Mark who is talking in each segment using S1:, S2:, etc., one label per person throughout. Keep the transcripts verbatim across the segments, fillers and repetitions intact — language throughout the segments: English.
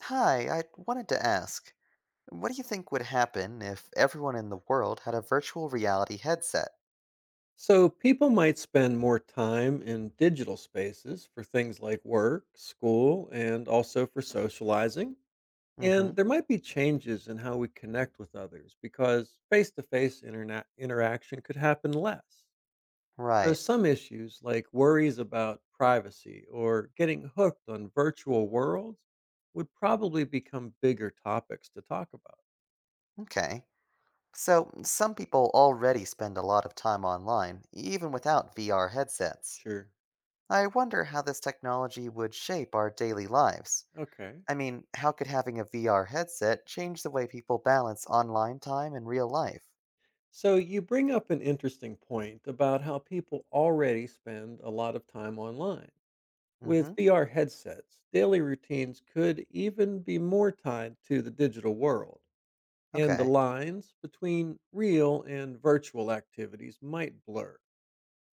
S1: Hi, I wanted to ask, what do you think would happen if everyone in the world had a virtual reality headset?
S2: So, people might spend more time in digital spaces for things like work, school, and also for socializing.
S1: Mm-hmm.
S2: And there might be changes in how we connect with others because face to face interaction could happen less.
S1: Right.
S2: There's some issues like worries about privacy or getting hooked on virtual worlds would probably become bigger topics to talk about.
S1: Okay. So, some people already spend a lot of time online, even without V R headsets.
S2: Sure.
S1: I wonder how this technology would shape our daily lives.
S2: Okay.
S1: I mean, how could having a V R headset change the way people balance online time and real life?
S2: So you bring up an interesting point about how people already spend a lot of time online. With
S1: Mm-hmm.
S2: V R headsets, daily routines could even be more tied to the digital world, and the
S1: Okay.
S2: lines between real and virtual activities might blur.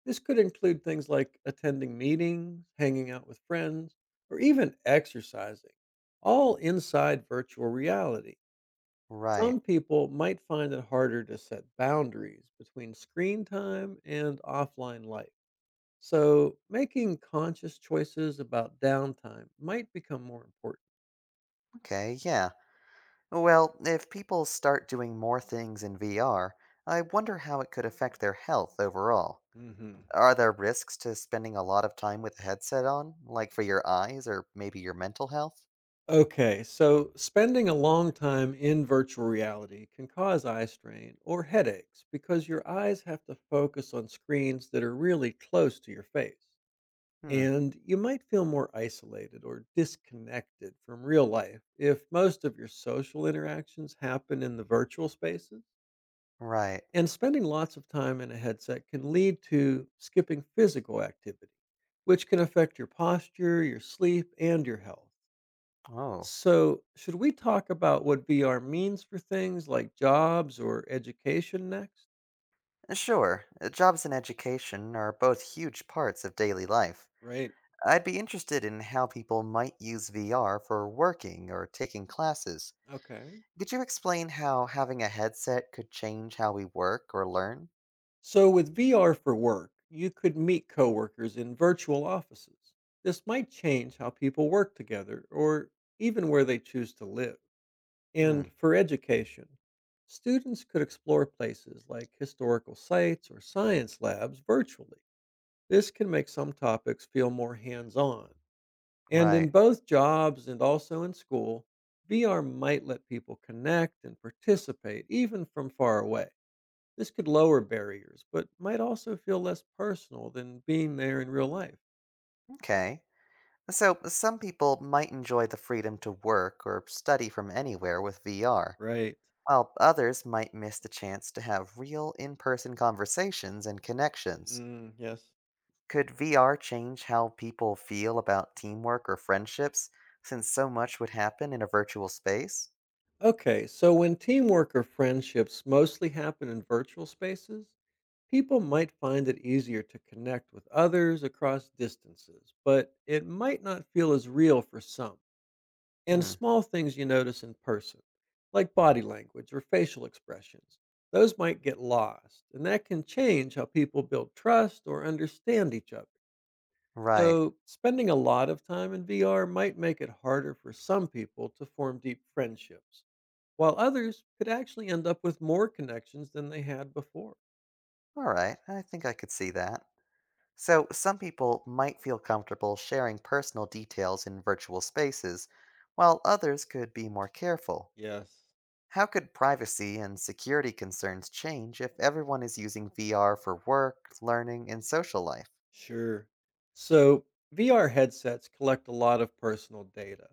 S2: This could include things like attending meetings, hanging out with friends, or even exercising, all inside virtual reality.
S1: Right.
S2: Some people might find it harder to set boundaries between screen time and offline life. So, making conscious choices about downtime might become more important.
S1: Okay, yeah. Well, if people start doing more things in V R, I wonder how it could affect their health overall.
S2: hmm
S1: Are there risks to spending a lot of time with a headset on, like for your eyes or maybe your mental health?
S2: Okay, so spending a long time in virtual reality can cause eye strain or headaches because your eyes have to focus on screens that are really close to your face.
S1: Hmm,
S2: And you might feel more isolated or disconnected from real life if most of your social interactions happen in the virtual spaces.
S1: right.
S2: And spending lots of time in a headset can lead to skipping physical activity, which can affect your posture, your sleep, and your health.
S1: Oh.
S2: So, should we talk about what V R means for things like jobs or education next?
S1: Sure, uh, jobs and education are both huge parts of daily life.
S2: Right.
S1: I'd be interested in how people might use V R for working or taking classes.
S2: Okay.
S1: Could you explain how having a headset could change how we work or learn?
S2: So, with V R for work, you could meet coworkers in virtual offices. This might change how people work together or even where they choose to live. And
S1: Hmm,
S2: for education, students could explore places like historical sites or science labs virtually. This can make some topics feel more hands on. And in
S1: right.
S2: both jobs and also in school, V R might let people connect and participate even from far away. This could lower barriers, but might also feel less personal than being there in real life.
S1: Okay. So, some people might enjoy the freedom to work or study from anywhere with V R,
S2: Right.
S1: while others might miss the chance to have real in person conversations and connections.
S2: Mm, yes.
S1: Could V R change how people feel about teamwork or friendships, since so much would happen in a virtual space?
S2: Okay, so when teamwork or friendships mostly happen in virtual spaces, people might find it easier to connect with others across distances, but it might not feel as real for some. And
S1: Hmm,
S2: small things you notice in person, like body language or facial expressions, those might get lost, and that can change how people build trust or understand each other.
S1: right.
S2: So, spending a lot of time in V R might make it harder for some people to form deep friendships, while others could actually end up with more connections than they had before.
S1: Alright, I think I could see that. So, some people might feel comfortable sharing personal details in virtual spaces, while others could be more careful.
S2: Yes.
S1: How could privacy and security concerns change if everyone is using V R for work, learning, and social life?
S2: Sure. So, V R headsets collect a lot of personal data,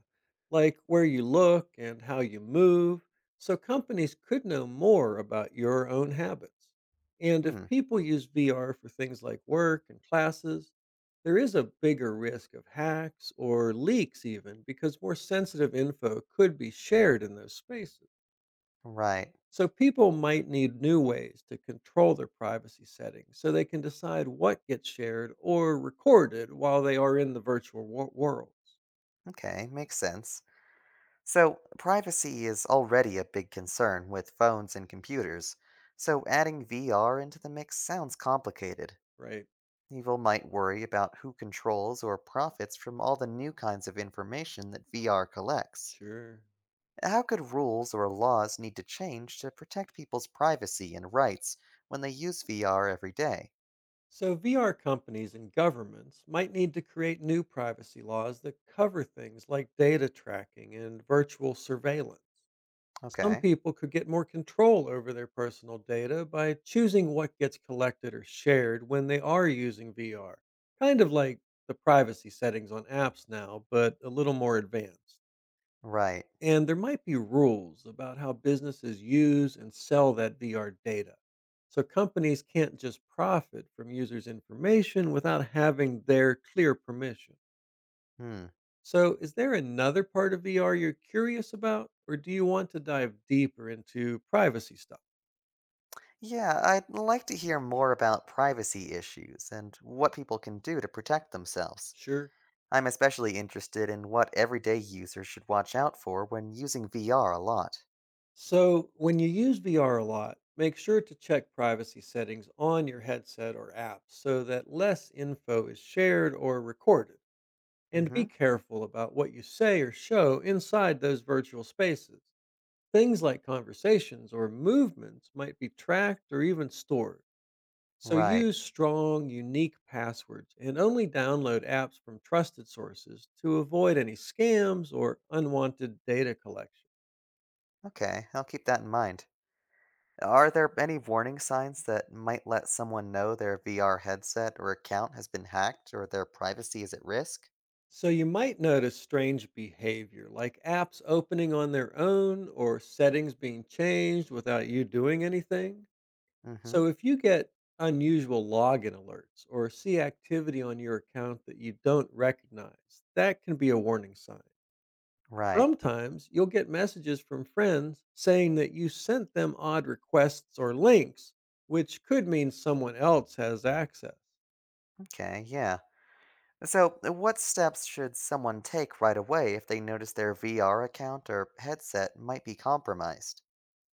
S2: like where you look and how you move, so companies could know more about your own habits. And if
S1: Hmm,
S2: people use V R for things like work and classes, there is a bigger risk of hacks or leaks, even because more sensitive info could be shared in those spaces.
S1: right.
S2: So people might need new ways to control their privacy settings so they can decide what gets shared or recorded while they are in the virtual wo- worlds,
S1: Okay, makes sense. So, privacy is already a big concern with phones and computers, so adding V R into the mix sounds complicated.
S2: right?
S1: People might worry about who controls or profits from all the new kinds of information that V R collects.
S2: Sure.
S1: How could rules or laws need to change to protect people's privacy and rights when they use V R every day?
S2: So V R companies and governments might need to create new privacy laws that cover things like data tracking and virtual surveillance. Some
S1: Okay.
S2: people could get more control over their personal data by choosing what gets collected or shared when they are using V R, kind of like the privacy settings on apps now, but a little more advanced.
S1: Right.
S2: And there might be rules about how businesses use and sell that V R data. So companies can't just profit from users' information without having their clear permission.
S1: Hmm.
S2: So, is there another part of V R you're curious about, or do you want to dive deeper into privacy stuff?
S1: Yeah, I'd like to hear more about privacy issues and what people can do to protect themselves.
S2: Sure.
S1: I'm especially interested in what everyday users should watch out for when using V R a lot.
S2: So when you use V R a lot, make sure to check privacy settings on your headset or app so that less info is shared or recorded.
S1: Mm
S2: And be
S1: hmm.
S2: careful about what you say or show inside those virtual spaces. Things like conversations or movements might be tracked or even stored. So
S1: Right.
S2: use strong, unique passwords and only download apps from trusted sources to avoid any scams or unwanted data collection.
S1: Okay, I'll keep that in mind. Are there any warning signs that might let someone know their V R headset or account has been hacked or their privacy is at risk?
S2: So you might notice strange behavior, like apps opening on their own or settings being changed without you doing anything.
S1: Mm-hmm.
S2: So if you get unusual login alerts or see activity on your account that you don't recognize, that can be a warning sign.
S1: Right.
S2: Sometimes you'll get messages from friends saying that you sent them odd requests or links, which could mean someone else has access.
S1: Okay, yeah. So, uh, what steps should someone take right away if they notice their V R account or headset might be compromised?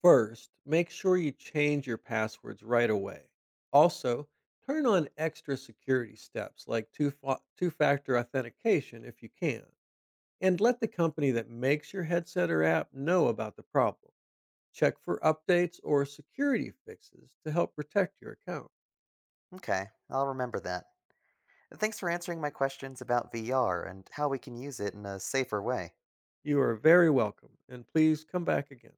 S2: First, make sure you change your passwords right away. Also, turn on extra security steps like two factor authentication if you can, and let the company that makes your headset or app know about the problem. Check for updates or security fixes to help protect your account.
S1: Okay, I'll remember that. Thanks for answering my questions about V R and how we can use it in a safer way.
S2: You are very welcome, and please come back again.